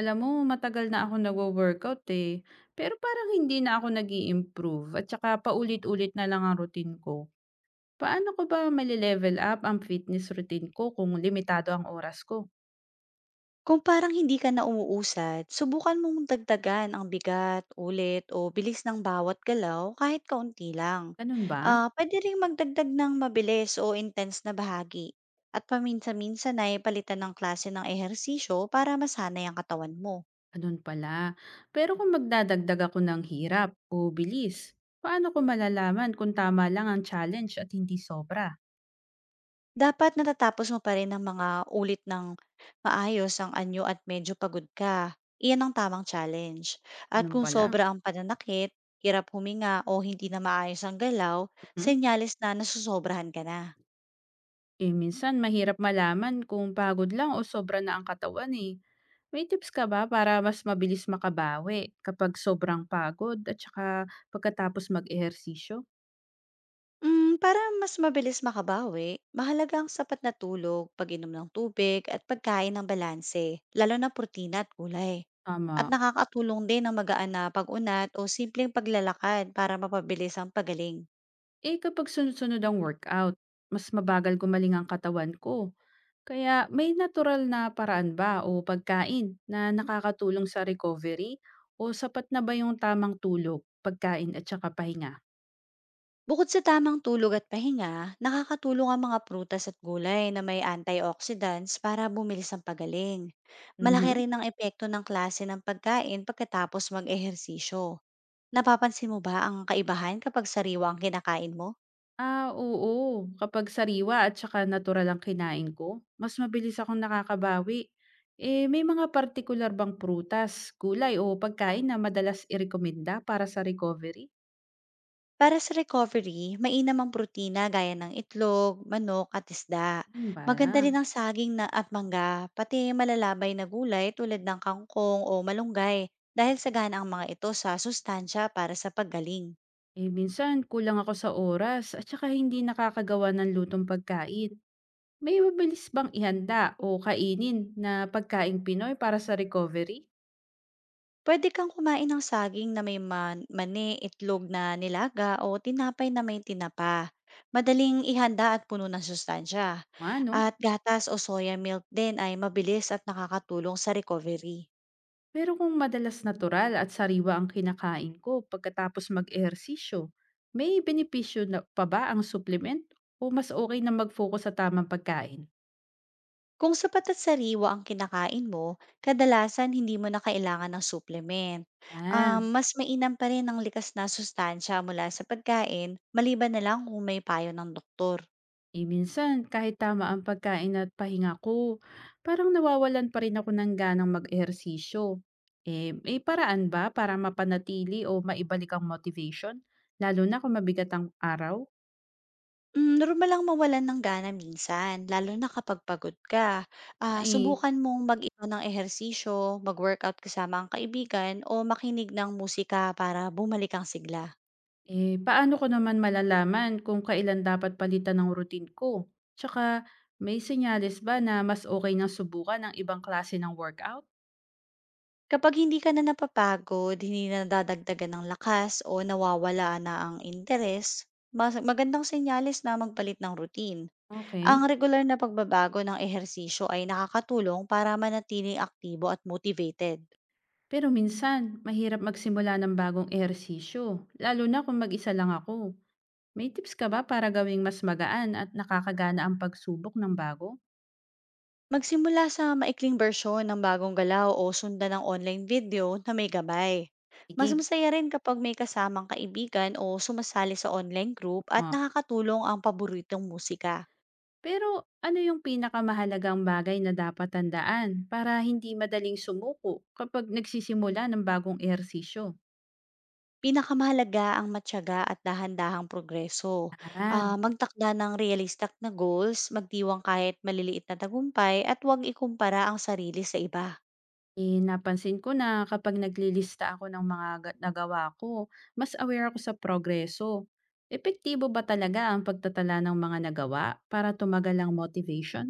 Alam mo matagal na ako nagwo-workout, eh, pero parang hindi na ako nag improve at saka paulit-ulit na lang ang routine ko. Paano ko ba male-level up ang fitness routine ko kung limitado ang oras ko? Kung parang hindi ka na umuusad, subukan mong dagdagan ang bigat, ulit o bilis ng bawat galaw kahit kaunti lang. Ganun ba? Pwede ring magdagdag ng mabilis o intense na bahagi at paminsan-minsan ay palitan ng klase ng ehersisyo para masanay ang katawan mo. Ganun pala. Pero kung magdadagdag ako ng hirap o bilis, paano ko malalaman kung tama lang ang challenge at hindi sobra? Dapat natatapos mo pa rin ng mga ulit ng maayos ang anyo at medyo pagod ka. Iyan ang tamang challenge. At Ganun kung pala, sobra ang pananakit, hirap huminga o hindi na maayos ang galaw, mm. senyales na nasusobrahan ka na. Eh, minsan mahirap malaman kung pagod lang o sobra na ang katawan eh. May tips ka ba para mas mabilis makabawi kapag sobrang pagod at saka pagkatapos mag-ehersisyo? Para mas mabilis makabawi, mahalaga ang sapat na tulog, pag-inom ng tubig at pagkain ng balanse, lalo na protina at gulay. At Tama. nakakatulong din ang magaan na pag-unat o simpleng paglalakad para mapabilis ang pagaling. Eh kapag sunod-sunod ang workout, mas mabagal gumaling ang katawan ko. Kaya may natural na paraan ba o pagkain na nakakatulong sa recovery? O sapat na ba yung tamang tulog, pagkain at saka pahinga? Bukod sa tamang tulog at pahinga, nakakatulong ang mga prutas at gulay na may antioxidants para bumilis ang pagaling. Malaki Mhm. rin ang epekto ng klase ng pagkain pagkatapos mag-ehersisyo. Napapansin mo ba ang kaibahan kapag sariwa ang kinakain mo? Ah, oo. Kapag sariwa at saka natural ang kinain ko, mas mabilis akong nakakabawi. Eh, may mga partikular bang prutas, gulay o pagkain na madalas irekomenda para sa recovery? Para sa recovery, mainam ang protina gaya ng itlog, manok at isda. Yun bala. Maganda rin ang saging na at mangga, pati malalabay na gulay tulad ng kangkong o malunggay dahil sagana ang mga ito sa sustansya para sa paggaling. Eh, minsan kulang ako sa oras at saka hindi nakakagawa ng lutong pagkain. May mabilis bang ihanda o kainin na pagkain Pinoy para sa recovery? Puwede kang kumain ng saging na may man mani, itlog na nilaga o tinapay na may tinapa. Madaling ihanda at puno ng sustansya. Ano? At gatas o soya milk din ay mabilis at nakakatulong sa recovery. Pero kung madalas natural at sariwa ang kinakain ko pagkatapos mag-ehersisyo, may benepisyo na pa ba ang supplement o mas okay na mag-focus sa tamang pagkain? Kung sapat at sariwa ang kinakain mo, kadalasan hindi mo na kailangan ng supplement. Ah, Mas mainam pa rin ang likas na sustansya mula sa pagkain, maliban na lang kung may payo ng doktor. eh minsan kahit tama ang pagkain at pahinga ko, parang nawawalan pa rin ako ng ganang mag-ehersisyo. Eh, may paraan ba para mapanatili o maibalik ang motivation? Lalo na kung mabigat ang araw? Hmm, normal lang mawalan ng gana minsan, lalo na kapag pagod ka. Ah, Eh, Subukan mong mag-iwan ng ehersisyo, mag-workout kasama ang kaibigan, o makinig ng musika para bumalik ang sigla. Eh, paano ko naman malalaman kung kailan dapat palitan ng routine ko? Tsaka, may senyales ba na mas okay nang subukan ng ibang klase ng workout? Kapag hindi ka na napapagod, hindi na nadadagdagan ng lakas o nawawala na ang interes, mas magandang senyales na magpalit ng routine. Ang Okay. regular na pagbabago ng ehersisyo ay nakakatulong para manatiling aktibo at motivated. Pero minsan, mahirap magsimula ng bagong ehersisyo, lalo na kung mag-isa lang ako. May tips ka ba para gawing mas magaan at nakakagana ang pagsubok ng bago? Magsimula sa maikling bersyon ng bagong galaw o sundan ng online video na may gabay. Mas Sige. masaya rin kapag may kasamang kaibigan o sumasali sa online group at Nga. nakakatulong ang paboritong musika. Pero ano yung pinakamahalagang bagay na dapat tandaan para hindi madaling sumuko kapag nagsisimula ng bagong ehersisyo? Pinakamahalaga ang matyaga at dahan-dahang progreso. Ah, Magtakda ng realistic na goals, magdiwang kahit maliliit na tagumpay at huwag ikumpara ang sarili sa iba. Eh, napansin ko na kapag naglilista ako ng mga nagawa ko, mas aware ako sa progreso. Epektibo ba talaga ang pagtatala ng mga nagawa para tumagal ang motivation?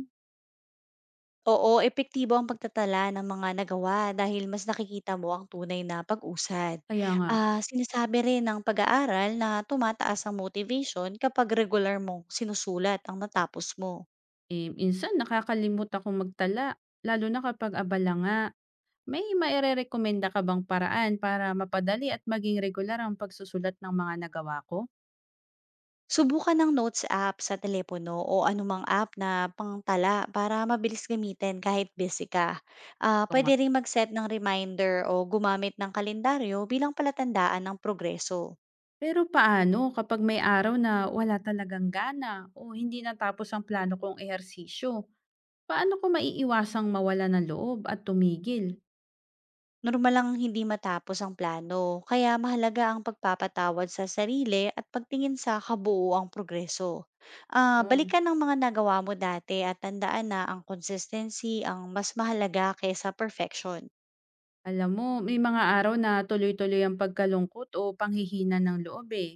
Oo, epektibo ang pagtatala ng mga nagawa dahil mas nakikita mo ang tunay na pag-usad. Kaya nga, Sinasabi rin ng pag-aaral na tumataas ang motivation kapag regular mong sinusulat ang natapos mo. eh, minsan nakakalimot akong magtala, lalo na kapag abala nga. May maire-recommenda ka bang paraan para mapadali at maging regular ang pagsusulat ng mga nagawa ko? Subukan ng notes app sa telepono o anumang app na pangtala para mabilis gamitin kahit busy ka. Ito nga. Pwede rin mag-set ng reminder o gumamit ng kalendaryo bilang palatandaan ng progreso. Pero paano kapag may araw na wala talagang gana o hindi natapos ang plano kong ehersisyo? Paano ko maiiwasang mawala ng loob at tumigil? Normal lang hindi matapos ang plano, kaya mahalaga ang pagpapatawad sa sarili at pagtingin sa kabuuang progreso. Oh, Balikan ang mga nagawa mo dati at tandaan na ang consistency ang mas mahalaga kaysa perfection. alam mo, may mga araw na tuloy-tuloy ang pagkalungkot o panghihina ng loob eh.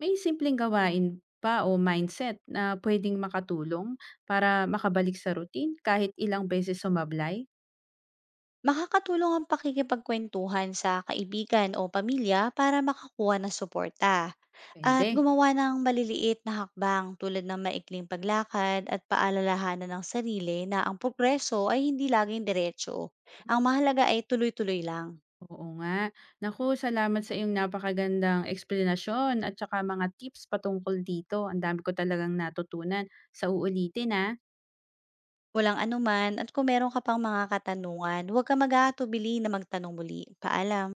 May simpleng gawain pa o mindset na pwedeng makatulong para makabalik sa routine kahit ilang beses sumablay? Makakatulong ang pakikipagkwentuhan sa kaibigan o pamilya para makakuha ng suporta. At Pwede. gumawa ng maliliit na hakbang tulad ng maikling paglakad at paalalahanan ng sarili na ang progreso ay hindi laging diretso. Ang mahalaga ay tuloy-tuloy lang. Oo nga. Naku, salamat sa iyong napakagandang eksplanasyon at saka mga tips patungkol dito. Ang dami ko talagang natutunan. Sa uulitin ah. Walang anuman at kung meron ka pang mga katanungan, huwag ka mag-aatubili na magtanong muli. Paalam.